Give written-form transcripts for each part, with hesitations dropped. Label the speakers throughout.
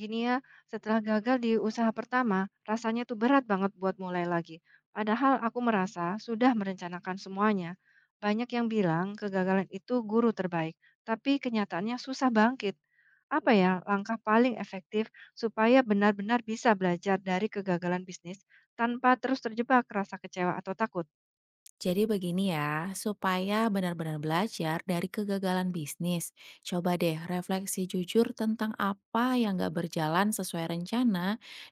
Speaker 1: Gini ya, setelah gagal di usaha pertama, rasanya tuh berat banget buat mulai lagi. Padahal aku merasa sudah merencanakan semuanya. Banyak yang bilang kegagalan itu guru terbaik, tapi kenyataannya susah bangkit. Apa ya langkah paling efektif supaya benar-benar bisa belajar dari kegagalan bisnis tanpa terus terjebak rasa kecewa atau takut?
Speaker 2: Jadi begini ya, supaya benar-benar belajar dari kegagalan bisnis, coba deh refleksi jujur tentang apa yang gak berjalan sesuai rencana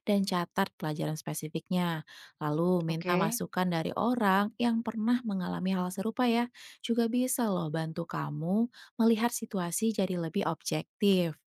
Speaker 2: dan catat pelajaran spesifiknya. Lalu minta
Speaker 1: Oke.
Speaker 2: masukan dari orang yang pernah mengalami hal serupa ya, juga bisa loh bantu kamu melihat situasi jadi lebih objektif.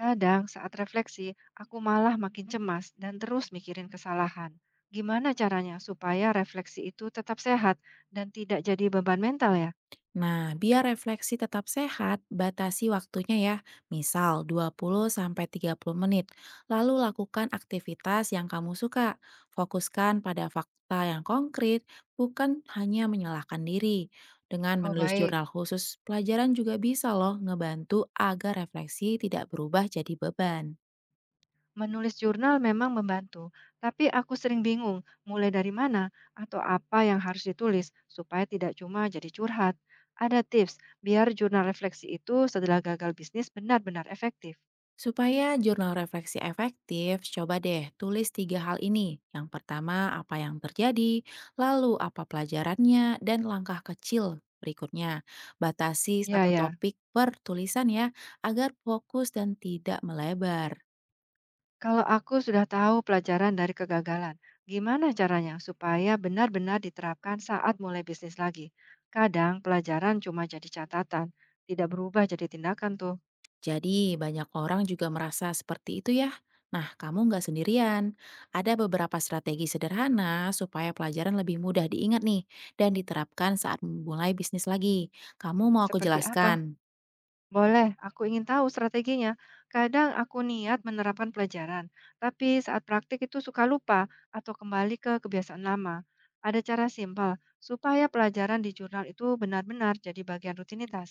Speaker 1: Kadang saat refleksi, aku malah makin cemas dan terus mikirin kesalahan. Gimana caranya supaya refleksi itu tetap sehat dan tidak jadi beban mental ya?
Speaker 2: Nah, biar refleksi tetap sehat, batasi waktunya ya. Misal 20 sampai 30 menit. Lalu lakukan aktivitas yang kamu suka. Fokuskan pada fakta yang konkret, bukan hanya menyalahkan diri. Dengan
Speaker 1: Oh
Speaker 2: menulis
Speaker 1: baik,
Speaker 2: jurnal khusus, pelajaran juga bisa loh ngebantu agar refleksi tidak berubah jadi beban.
Speaker 1: menulis jurnal memang membantu, tapi aku sering bingung mulai dari mana atau apa yang harus ditulis supaya tidak cuma jadi curhat. Ada tips biar jurnal refleksi itu setelah gagal bisnis benar-benar efektif.
Speaker 2: Supaya jurnal refleksi efektif, coba deh tulis tiga hal ini. Yang pertama, apa yang terjadi, lalu apa pelajarannya, dan langkah kecil berikutnya. Batasi
Speaker 1: Ya
Speaker 2: satu
Speaker 1: ya.
Speaker 2: topik per tulisan ya, agar fokus dan tidak melebar.
Speaker 1: Kalau aku sudah tahu pelajaran dari kegagalan, gimana caranya supaya benar-benar diterapkan saat mulai bisnis lagi? Kadang pelajaran cuma jadi catatan, tidak berubah jadi tindakan tuh.
Speaker 2: Jadi, banyak orang juga merasa seperti itu ya. Nah, kamu nggak sendirian. Ada beberapa strategi sederhana supaya pelajaran lebih mudah diingat nih dan diterapkan saat memulai bisnis lagi. Kamu mau aku
Speaker 1: Seperti apa?
Speaker 2: jelaskan?
Speaker 1: Boleh, aku ingin tahu strateginya. Kadang aku niat menerapkan pelajaran, tapi saat praktik itu suka lupa atau kembali ke kebiasaan lama. Ada cara simpel supaya pelajaran di jurnal itu benar-benar jadi bagian rutinitas.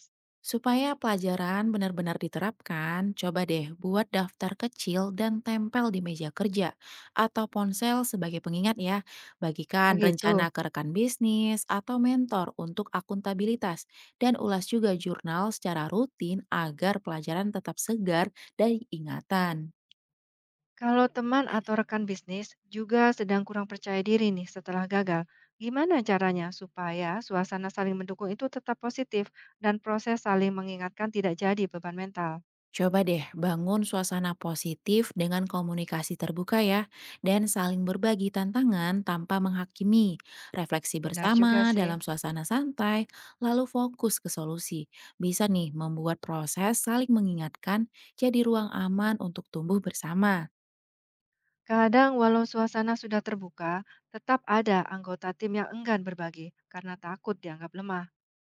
Speaker 2: Supaya pelajaran benar-benar diterapkan, coba deh buat daftar kecil dan tempel di meja kerja atau ponsel sebagai pengingat ya. Bagikan rencana
Speaker 1: Begitu.
Speaker 2: ke rekan bisnis atau mentor untuk akuntabilitas dan ulas juga jurnal secara rutin agar pelajaran tetap segar dari ingatan.
Speaker 1: Kalau teman atau rekan bisnis juga sedang kurang percaya diri nih setelah gagal, gimana caranya supaya suasana saling mendukung itu tetap positif dan proses saling mengingatkan tidak jadi beban mental?
Speaker 2: Coba deh bangun suasana positif dengan komunikasi terbuka ya, dan saling berbagi tantangan tanpa menghakimi. Refleksi
Speaker 1: Benar juga
Speaker 2: bersama dalam
Speaker 1: sih.
Speaker 2: suasana santai, lalu fokus ke solusi. Bisa nih membuat proses saling mengingatkan jadi ruang aman untuk tumbuh bersama.
Speaker 1: Kadang walau suasana sudah terbuka, tetap ada anggota tim yang enggan berbagi karena takut dianggap lemah.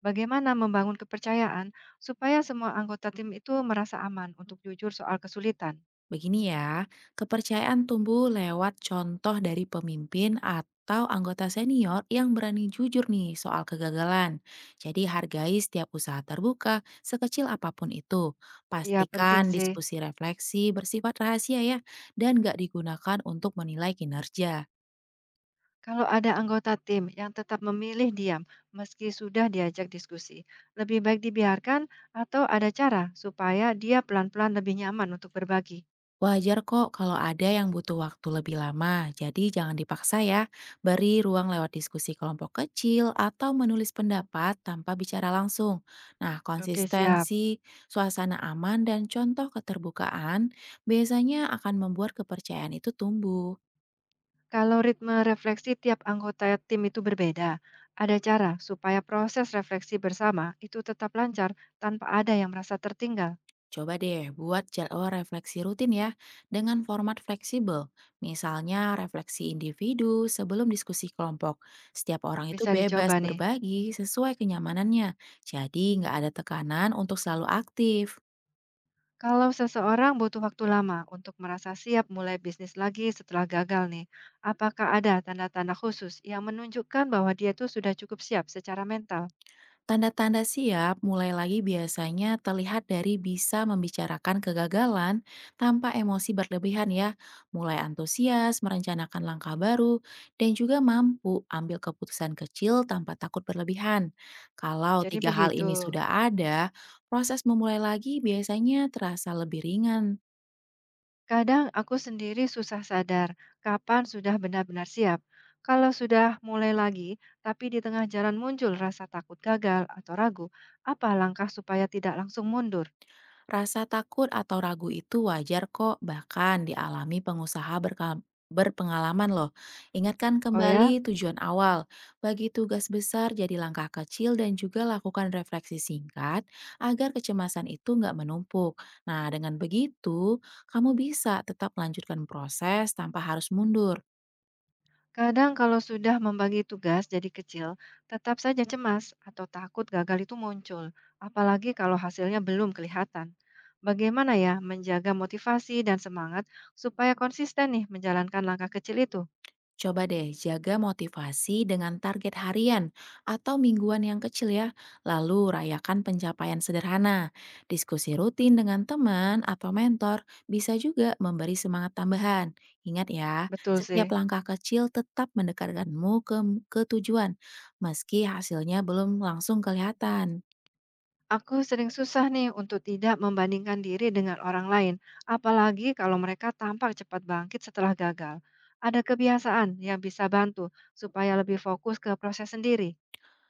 Speaker 1: Bagaimana membangun kepercayaan supaya semua anggota tim itu merasa aman untuk jujur soal kesulitan?
Speaker 2: Begini ya, kepercayaan tumbuh lewat contoh dari pemimpin atau anggota senior yang berani jujur nih soal kegagalan. Jadi hargai setiap usaha terbuka, sekecil apapun itu.
Speaker 1: Iya, penting
Speaker 2: Pastikan
Speaker 1: sih.
Speaker 2: diskusi refleksi bersifat rahasia ya, dan nggak digunakan untuk menilai kinerja.
Speaker 1: Kalau ada anggota tim yang tetap memilih diam meski sudah diajak diskusi, lebih baik dibiarkan atau ada cara supaya dia pelan-pelan lebih nyaman untuk berbagi.
Speaker 2: Wajar kok kalau ada yang butuh waktu lebih lama, jadi jangan dipaksa ya. Beri ruang lewat diskusi kelompok kecil atau menulis pendapat tanpa bicara langsung. Nah,
Speaker 1: Oke, siap.
Speaker 2: konsistensi, suasana aman, dan contoh keterbukaan biasanya akan membuat kepercayaan itu tumbuh.
Speaker 1: Kalau ritme refleksi tiap anggota tim itu berbeda, ada cara supaya proses refleksi bersama itu tetap lancar tanpa ada yang merasa tertinggal.
Speaker 2: Coba deh buat jadwal refleksi rutin ya, dengan format fleksibel. Misalnya refleksi individu sebelum diskusi kelompok. Setiap orang itu
Speaker 1: Bisa
Speaker 2: bebas
Speaker 1: dicoba nih.
Speaker 2: berbagi sesuai kenyamanannya. Jadi nggak ada tekanan untuk selalu aktif.
Speaker 1: Kalau seseorang butuh waktu lama untuk merasa siap mulai bisnis lagi setelah gagal nih, apakah ada tanda-tanda khusus yang menunjukkan bahwa dia tuh sudah cukup siap secara mental?
Speaker 2: Tanda-tanda siap mulai lagi biasanya terlihat dari bisa membicarakan kegagalan tanpa emosi berlebihan ya, mulai antusias, merencanakan langkah baru, dan juga mampu ambil keputusan kecil tanpa takut berlebihan. Kalau
Speaker 1: Jadi
Speaker 2: tiga hal
Speaker 1: begitu.
Speaker 2: ini sudah ada, proses memulai lagi biasanya terasa lebih ringan.
Speaker 1: Kadang aku sendiri susah sadar kapan sudah benar-benar siap. Kalau sudah mulai lagi, tapi di tengah jalan muncul rasa takut gagal atau ragu, apa langkah supaya tidak langsung mundur?
Speaker 2: Rasa takut atau ragu itu wajar kok, bahkan dialami pengusaha berpengalaman loh. Ingatkan
Speaker 1: Oh ya.
Speaker 2: kembali tujuan awal, bagi tugas besar jadi langkah kecil dan juga lakukan refleksi singkat agar kecemasan itu nggak menumpuk. Nah, dengan begitu, kamu bisa tetap melanjutkan proses tanpa harus mundur.
Speaker 1: Kadang kalau sudah membagi tugas jadi kecil, tetap saja cemas atau takut gagal itu muncul, apalagi kalau hasilnya belum kelihatan. Bagaimana ya menjaga motivasi dan semangat supaya konsisten nih menjalankan langkah kecil itu?
Speaker 2: Coba deh jaga motivasi dengan target harian atau mingguan yang kecil ya, lalu rayakan pencapaian sederhana. Diskusi rutin dengan teman atau mentor bisa juga memberi semangat tambahan. Ingat ya,
Speaker 1: Betul
Speaker 2: setiap
Speaker 1: sih.
Speaker 2: langkah kecil tetap mendekatkanmu ke tujuan, meski hasilnya belum langsung kelihatan.
Speaker 1: Aku sering susah nih untuk tidak membandingkan diri dengan orang lain, apalagi kalau mereka tampak cepat bangkit setelah gagal. Ada kebiasaan yang bisa bantu supaya lebih fokus ke proses sendiri.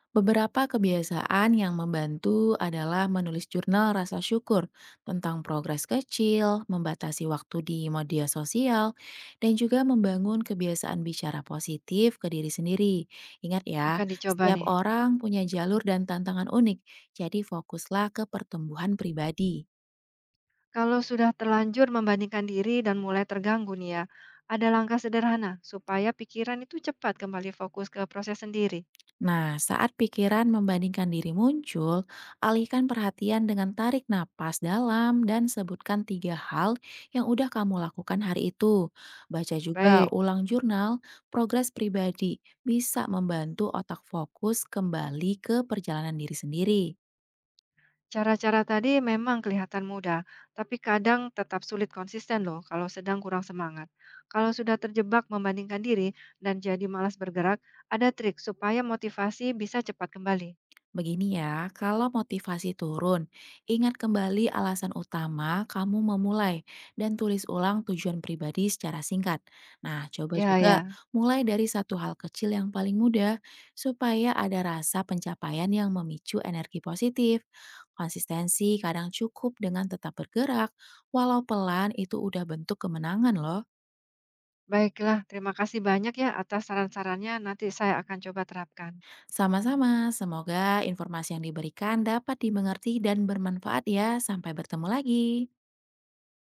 Speaker 2: Beberapa kebiasaan yang membantu adalah menulis jurnal rasa syukur tentang progres kecil, membatasi waktu di media sosial, dan juga membangun kebiasaan bicara positif ke diri sendiri. Ingat ya,
Speaker 1: Akan dicoba
Speaker 2: setiap
Speaker 1: nih.
Speaker 2: orang punya jalur dan tantangan unik, jadi fokuslah ke pertumbuhan pribadi.
Speaker 1: Kalau sudah terlanjur membandingkan diri dan mulai terganggu nih ya, ada langkah sederhana supaya pikiran itu cepat kembali fokus ke proses sendiri.
Speaker 2: Nah, saat pikiran membandingkan diri muncul, alihkan perhatian dengan tarik napas dalam dan sebutkan tiga hal yang udah kamu lakukan hari itu. Baca juga
Speaker 1: Baik,
Speaker 2: ulang jurnal, progres pribadi bisa membantu otak fokus kembali ke perjalanan diri sendiri.
Speaker 1: cara-cara tadi memang kelihatan mudah, tapi kadang tetap sulit konsisten loh kalau sedang kurang semangat. Kalau sudah terjebak membandingkan diri dan jadi malas bergerak, ada trik supaya motivasi bisa cepat kembali.
Speaker 2: Begini ya, kalau motivasi turun, ingat kembali alasan utama kamu memulai dan tulis ulang tujuan pribadi secara singkat. Nah, coba
Speaker 1: Ya,
Speaker 2: juga
Speaker 1: ya.
Speaker 2: mulai dari satu hal kecil yang paling mudah supaya ada rasa pencapaian yang memicu energi positif. Konsistensi kadang cukup dengan tetap bergerak, walau pelan itu udah bentuk kemenangan loh.
Speaker 1: Baiklah, terima kasih banyak ya atas saran-sarannya. Nanti saya akan coba terapkan.
Speaker 2: Sama-sama, semoga informasi yang diberikan dapat dimengerti dan bermanfaat ya. Sampai bertemu lagi.